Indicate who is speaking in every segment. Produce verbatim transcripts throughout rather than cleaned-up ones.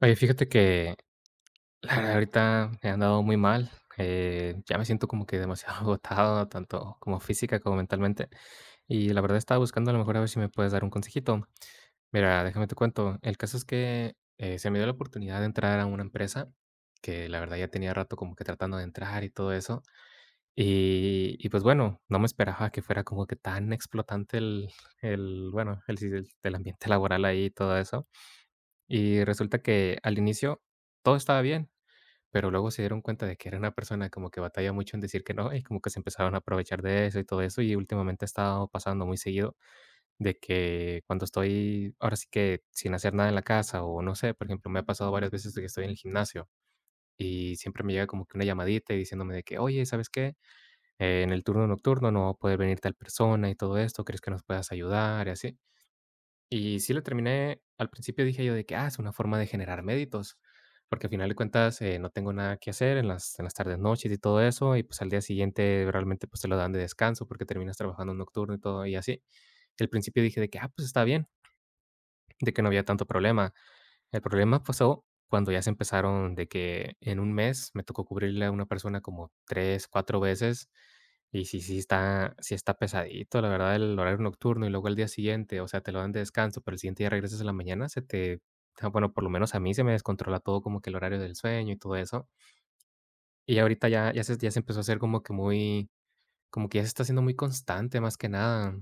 Speaker 1: Oye, fíjate que la verdad ahorita he andado muy mal, eh, ya me siento como que demasiado agotado, tanto como física como mentalmente, y la verdad estaba buscando a lo mejor a ver si me puedes dar un consejito. Mira, déjame te cuento, el caso es que, eh, se me dio la oportunidad de entrar a una empresa que la verdad ya tenía rato como que tratando de entrar y todo eso, y y pues bueno, no me esperaba que fuera como que tan explotante el el bueno, el si el el ambiente laboral ahí y todo eso, y resulta que al inicio todo estaba bien. Pero luego se dieron cuenta de que era una persona como que batalla mucho en decir que no, y como que se empezaron a aprovechar de eso y todo eso, y últimamente ha estado pasando muy seguido de que cuando estoy, ahora sí que sin hacer nada en la casa o no sé, por ejemplo, me ha pasado varias veces de que estoy en el gimnasio y siempre me llega como que una llamadita y diciéndome de que, oye, ¿sabes qué? Eh, en el turno nocturno no va a poder venir tal persona y todo esto, ¿crees que nos puedas ayudar? Y así. Y sí la terminé, al principio dije yo de que, ah, es una forma de generar méritos, porque al final de cuentas, eh, no tengo nada que hacer en las en las tardes, noches y todo eso, y pues al día siguiente realmente, pues, te lo dan de descanso porque terminas trabajando nocturno y todo y así. Y al principio dije de que, ah, pues está bien de que no había tanto problema. El problema pasó cuando ya se empezaron de que en un mes me tocó cubrirle a una persona como tres cuatro veces, y sí, sí está sí está pesadito, la verdad, el horario nocturno y luego el día siguiente, o sea, te lo dan de descanso, pero el siguiente día regresas en la mañana, se te ah, bueno, por lo menos a mí se me descontrola todo como que el horario del sueño y todo eso. Y ahorita ya ya se ya se empezó a hacer como que muy como que ya se está haciendo muy constante, más que nada.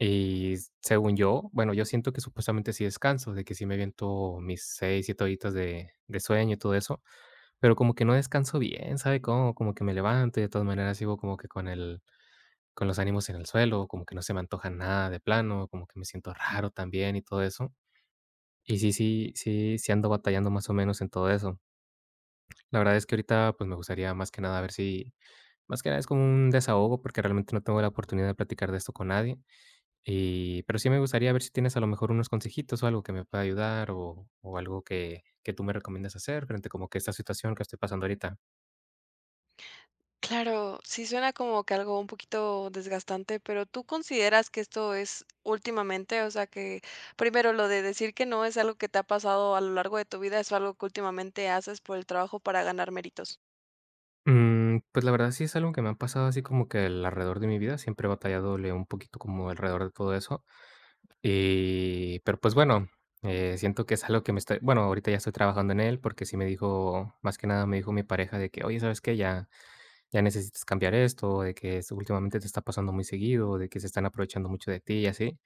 Speaker 1: Y según yo, bueno, yo siento que supuestamente sí descanso, de que sí me aviento mis seis siete horitas de de sueño y todo eso, pero como que no descanso bien, ¿sabe cómo? Como que me levanto y de todas maneras sigo como que con el con los ánimos en el suelo, como que no se me antoja nada de plano, como que me siento raro también y todo eso. Y sí, sí, sí, sí ando batallando más o menos en todo eso. La verdad es que ahorita, pues, me gustaría más que nada ver si más que nada es como un desahogo, porque realmente no tengo la oportunidad de platicar de esto con nadie. Y pero sí me gustaría ver si tienes a lo mejor unos consejitos o algo que me pueda ayudar o o algo que que tú me recomiendas hacer frente como que a esta situación que estoy pasando ahorita.
Speaker 2: Claro, sí suena como que algo un poquito desgastante, pero ¿tú consideras que esto es últimamente? O sea, que primero lo de decir que no es algo que te ha pasado a lo largo de tu vida, es algo que últimamente haces por el trabajo para ganar méritos.
Speaker 1: Mm, pues, la verdad sí es algo que me ha pasado así como que al alrededor de mi vida, siempre he batalladole un poquito como alrededor de todo eso, y pero, pues, bueno, eh, siento que es algo que me está bueno, ahorita ya estoy trabajando en él porque sí me dijo más que nada me dijo mi pareja de que: "Oye, ¿sabes qué? Ya Ya necesitas cambiar esto, de que es últimamente te está pasando muy seguido, de que se están aprovechando mucho de ti y así".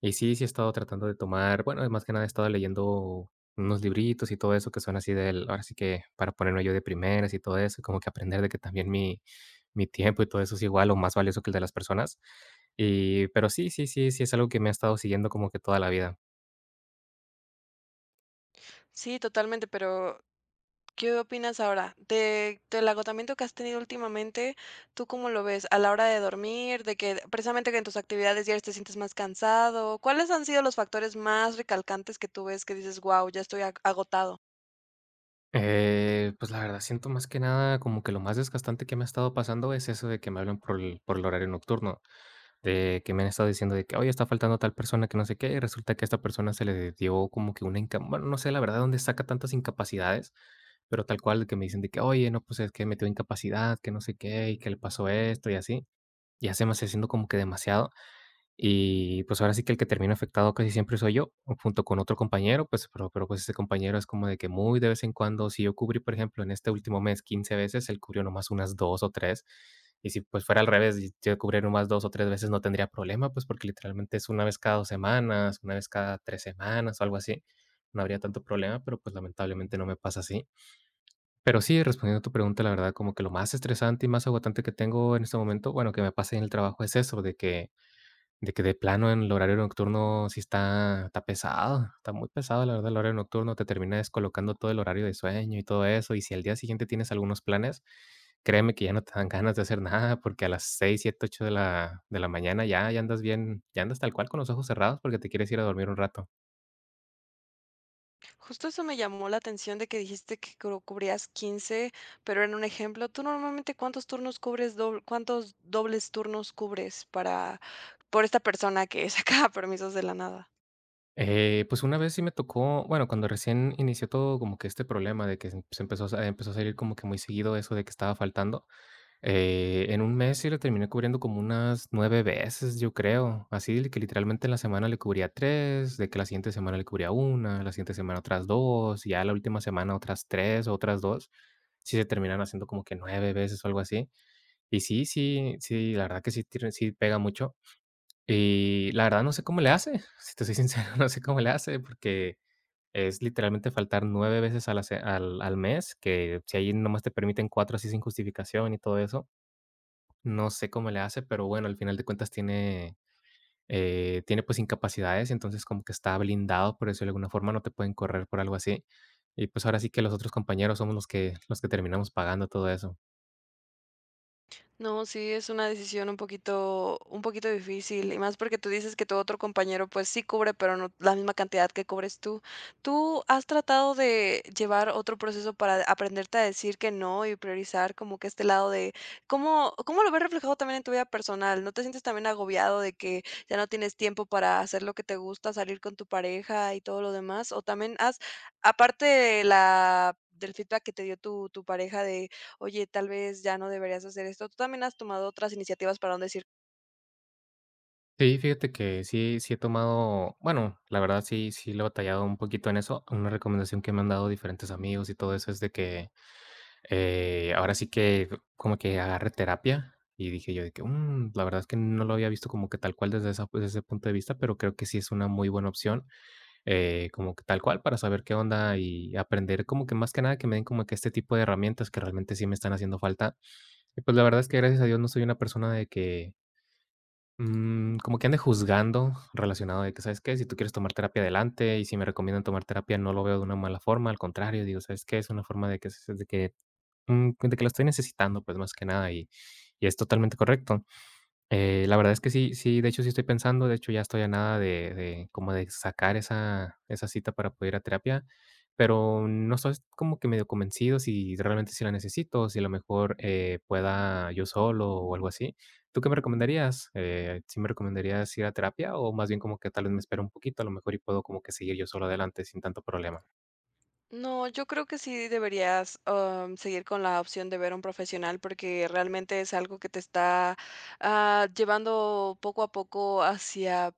Speaker 1: Y sí, sí he estado tratando de tomar, bueno, más que nada he estado leyendo unos libritos y todo eso que son así del, ahora sí que para ponerme yo de primeras y todo eso, como que aprender de que también mi, mi tiempo y todo eso es igual o más valioso que el de las personas. Y, pero sí, sí, sí, sí es algo que me ha estado siguiendo como que toda la vida.
Speaker 2: Sí, totalmente, pero ¿qué opinas ahora de, del agotamiento que has tenido últimamente? ¿Tú cómo lo ves a la hora de dormir, de que precisamente que en tus actividades diarias te sientes más cansado? ¿Cuáles han sido los factores más recalcantes que tú ves que dices, wow, ya estoy ag- agotado?
Speaker 1: Eh, pues la verdad, siento más que nada como que lo más desgastante que me ha estado pasando es eso de que me hablan por el, por el horario nocturno. De que me han estado diciendo de que: "Oye, está faltando tal persona que no sé qué", y resulta que a esta persona se le dio como que una inca bueno, no sé la verdad dónde saca tantas incapacidades, pero tal cual de que me dicen de que: "Oye, no, pues es que metió incapacidad, que no sé qué, y que le pasó esto y así". Ya se me está haciendo como que demasiado. Y, pues, ahora sí que el que termina afectado casi siempre soy yo, o junto con otro compañero, pues, pero pero, pues, ese compañero es como de que muy de vez en cuando. Si yo cubrí, por ejemplo, en este último mes quince veces, él cubrió nomás unas dos o tres. Y si, pues, fuera al revés, y yo cubriera nomás dos o tres veces, no tendría problema, pues, porque literalmente es una vez cada dos semanas, una vez cada tres semanas o algo así. No habría tanto problema, pero, pues, lamentablemente no me pasa así. Pero sí, respondiendo a tu pregunta, la verdad, como que lo más estresante y más agotante que tengo en este momento, bueno, que me pasa en el trabajo es eso, de que de que de plano en el horario nocturno sí está está pesado, está muy pesado, la verdad, el horario nocturno, te termina descolocando todo el horario de sueño y todo eso, y si al día siguiente tienes algunos planes, créeme que ya no te dan ganas de hacer nada, porque a las seis siete ocho de la de la mañana ya ya andas bien, ya andas tal cual con los ojos cerrados porque te quieres ir a dormir un rato.
Speaker 2: Justo eso me llamó la atención de que dijiste que cru- cubrías quince, pero en un ejemplo, ¿tú normalmente cuántos turnos cubres, doble- cuántos dobles turnos cubres, para por esta persona que saca permisos de la nada?
Speaker 1: Eh, pues una vez sí me tocó, bueno, cuando recién inició todo como que este problema de que se se empezó a empezó a salir como que muy seguido eso de que estaba faltando. Eh, en un mes sí lo terminé cubriendo como unas nueve veces, yo creo. Así de que literalmente en la semana le cubría tres, de que la siguiente semana le cubría una, la siguiente semana otras dos, y ya la última semana otras tres o otras dos. Sí se terminan haciendo como que nueve veces o algo así. Y sí, sí, sí, la verdad que sí, tiene- sí pega mucho. Y la verdad no sé cómo le hace, si te soy sincero, no sé cómo le hace, porque es literalmente faltar nueve veces a la se- al, al mes, que si ahí nomás te permiten cuatro así sin justificación y todo eso, no sé cómo le hace, pero bueno, al final de cuentas tiene, eh, tiene pues incapacidades, entonces como que está blindado, por eso de alguna forma, no te pueden correr por algo así. Y pues ahora sí que los otros compañeros somos los que, los que terminamos pagando todo eso.
Speaker 2: No, sí, es una decisión un poquito, un poquito difícil, y más porque tú dices que tu otro compañero pues sí cubre, pero no la misma cantidad que cubres tú. ¿Tú has tratado de llevar otro proceso para aprenderte a decir que no y priorizar como que este lado de cómo, cómo lo ves reflejado también en tu vida personal? ¿No te sientes también agobiado de que ya no tienes tiempo para hacer lo que te gusta, salir con tu pareja y todo lo demás? ¿O también has, aparte de la del feedback que te dio tu, tu pareja de oye, tal vez ya no deberías hacer esto. ¿Tú también has tomado otras iniciativas para no decir?
Speaker 1: Sí, fíjate que sí, sí he tomado, bueno, la verdad sí, sí le he batallado un poquito en eso. Una recomendación que me han dado diferentes amigos y todo eso es de que Eh, ahora sí que como que agarré terapia y dije yo de que, mm, la verdad es que no lo había visto como que tal cual desde esa, pues, desde ese punto de vista, pero creo que sí es una muy buena opción, eh, como que tal cual para saber qué onda y aprender como que más que nada que me den como que este tipo de herramientas que realmente sí me están haciendo falta. Y pues la verdad es que gracias a Dios no soy una persona de que mm, como que ande juzgando relacionado de que, ¿sabes qué? Si tú quieres tomar terapia adelante y si me recomiendan tomar terapia, no lo veo de una mala forma, al contrario, digo, ¿sabes qué? Es una forma de que, de que Mm, pues, de que lo estoy necesitando, pues, más que nada, y y es totalmente correcto. Eh, la verdad es que sí sí, de hecho, sí estoy pensando, de hecho, ya estoy a nada de de como de sacar esa esa cita para poder ir a terapia, pero no estoy como que medio convencido si realmente sí la necesito, si a lo mejor, eh, pueda yo solo o algo así. ¿Tú qué me recomendarías? Eh, ¿sí me recomendarías ir a terapia o más bien como que tal vez me espero un poquito, a lo mejor y puedo como que seguir yo solo adelante sin tanto problema?
Speaker 2: No, yo creo que sí deberías am, seguir con la opción de ver a un profesional, porque realmente es algo que te está ah, llevando poco a poco hacia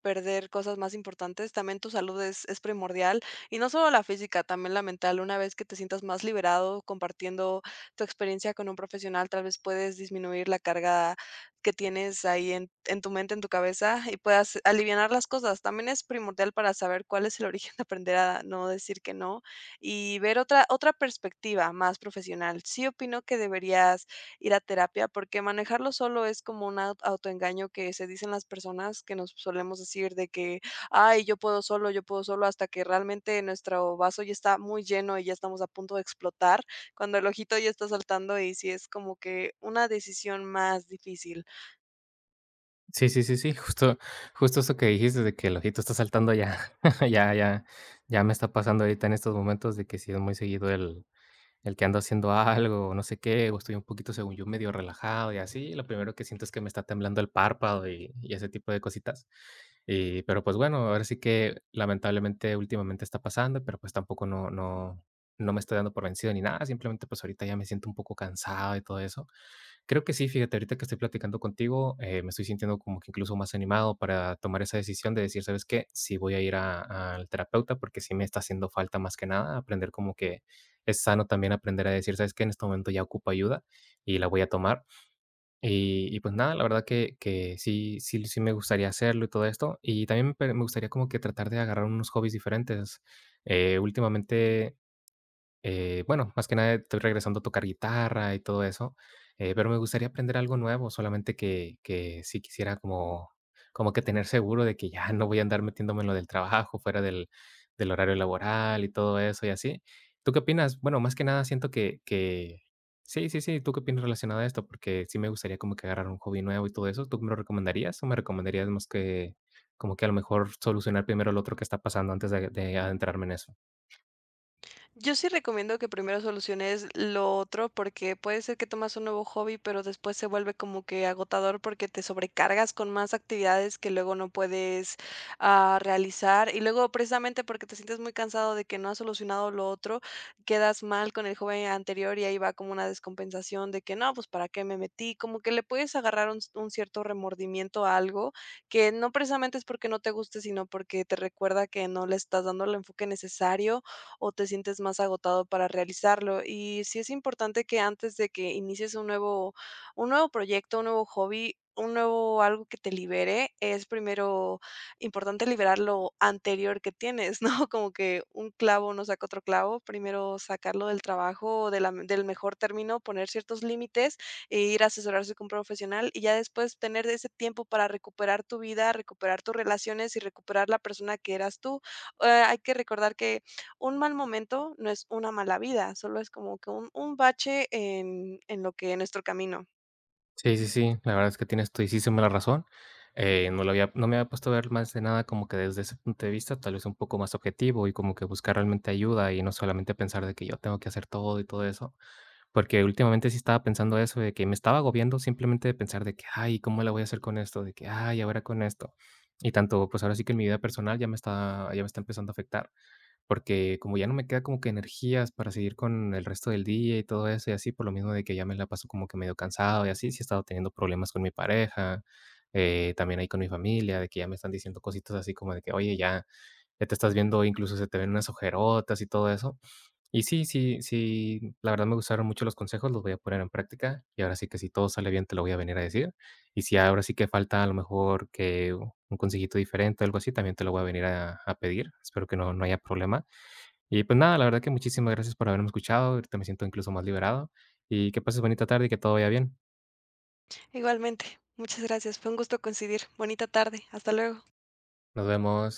Speaker 2: perder cosas más importantes. También tu salud es, es primordial, y no solo la física, también la mental. Una vez que te sientas más liberado compartiendo tu experiencia con un profesional, tal vez puedes disminuir la carga que tienes ahí en, en tu mente, en tu cabeza, y puedas alivianar las cosas. También es primordial para saber cuál es el origen de aprender a no decir que no y ver otra otra perspectiva más profesional. Sí opino que deberías ir a terapia, porque manejarlo solo es como un au autoengaño que se dicen las personas, que nos solemos decir de que: "Ay, yo puedo solo, yo puedo solo", hasta que realmente nuestro vaso ya está muy lleno y ya estamos a punto de explotar, cuando el ojito ya está saltando, y sí es como que una decisión más difícil.
Speaker 1: Sí, sí, sí, sí, justo justo eso que dijiste de que el ojito está saltando ya. Ya, ya, ya me está pasando ahorita en estos momentos de que sí es muy seguido el el que ando haciendo algo, o no sé qué, o estoy un poquito, según yo, medio relajado y así. Lo primero que siento es que me está temblando el párpado y y ese tipo de cositas. Y, pero, pues, bueno, ahora sí que lamentablemente últimamente está pasando, pero, pues, tampoco no no no me estoy dando por vencido ni nada, simplemente, pues, ahorita ya me siento un poco cansado y todo eso. Creo que sí, fíjate, ahorita que estoy platicando contigo, eh, me estoy sintiendo como que incluso más animado para tomar esa decisión de decir, ¿sabes qué? Sí voy a ir a- al terapeuta porque sí me está haciendo falta más que nada aprender como que es sano también aprender a decir, ¿sabes qué? En este momento ya ocupo ayuda y la voy a tomar. Y, y pues nada, la verdad que, que sí, sí, sí me gustaría hacerlo y todo esto. Y también me me gustaría como que tratar de agarrar unos hobbies diferentes. Eh, últimamente eh, bueno, más que nada estoy regresando a tocar guitarra y todo eso. Eh, pero me gustaría aprender algo nuevo, solamente que que sí quisiera como como que tener seguro de que ya no voy a andar metiéndome en lo del trabajo, fuera del del horario laboral y todo eso y así. ¿Tú qué opinas? Bueno, más que nada siento que que sí, sí, sí, ¿tú qué opinas relacionado a esto? Porque sí me gustaría como que agarrar un hobby nuevo y todo eso, ¿tú me lo recomendarías o me recomendarías más que como que a lo mejor solucionar primero el otro que está pasando antes de de adentrarme en eso?
Speaker 2: Yo sí recomiendo que primero soluciones lo otro, porque puede ser que tomas un nuevo hobby, pero después se vuelve como que agotador porque te sobrecargas con más actividades que luego no puedes ah, realizar. Y luego, precisamente porque te sientes muy cansado de que no has solucionado lo otro, quedas mal con el hobby anterior, y ahí va como una descompensación de que no, pues para qué me metí. Como que le puedes agarrar un, un cierto remordimiento a algo que no precisamente es porque no te guste, sino porque te recuerda que no le estás dando el enfoque necesario o te sientes más agotado para realizarlo. Y sí es importante que antes de que inicies un nuevo, un nuevo proyecto, un nuevo hobby, un nuevo algo que te libere, es primero importante liberar lo anterior que tienes, ¿no? Como que un clavo no saca otro clavo, primero sacarlo del trabajo, de la- del mejor término, poner ciertos límites e ir a asesorarse con un profesional, y ya después tener ese tiempo para recuperar tu vida, recuperar tus relaciones y recuperar la persona que eras tú. Eh, hay que recordar que un mal momento no es una mala vida, solo es como que un un bache en en lo que en nuestro camino.
Speaker 1: Sí, sí, sí, la verdad es que tienes todísima la razón. Eh, no lo había no me había puesto a ver más de nada como que desde ese punto de vista, tal vez un poco más objetivo, y como que buscar realmente ayuda y no solamente pensar de que yo tengo que hacer todo y todo eso, porque últimamente sí estaba pensando eso, de que me estaba agobiando simplemente de pensar de que: "Ay, ¿cómo la voy a hacer con esto?", de que: "Ay, ahora con esto". Y tanto, pues, ahora sí que en mi vida personal ya me está ya me está empezando a afectar. Porque como ya no me queda como que energías para seguir con el resto del día y todo eso y así, por lo mismo de que ya me la paso como que medio cansado y así, sí he estado teniendo problemas con mi pareja, eh, también ahí con mi familia, de que ya me están diciendo cositas así como de que, oye, ya, ya te estás viendo, incluso se te ven unas ojerotas y todo eso. Y sí, sí, sí, la verdad me gustaron mucho los consejos, los voy a poner en práctica y ahora sí que si todo sale bien te lo voy a venir a decir. Y si ahora sí que falta a lo mejor que un consejito diferente o algo así, también te lo voy a venir a, a pedir. Espero que no, no haya problema. Y pues nada, la verdad que muchísimas gracias por haberme escuchado. Ahorita me siento incluso más liberado. Y que pases bonita tarde y que todo vaya bien.
Speaker 2: Igualmente, muchas gracias, fue un gusto coincidir. Bonita tarde, hasta luego.
Speaker 1: Nos vemos.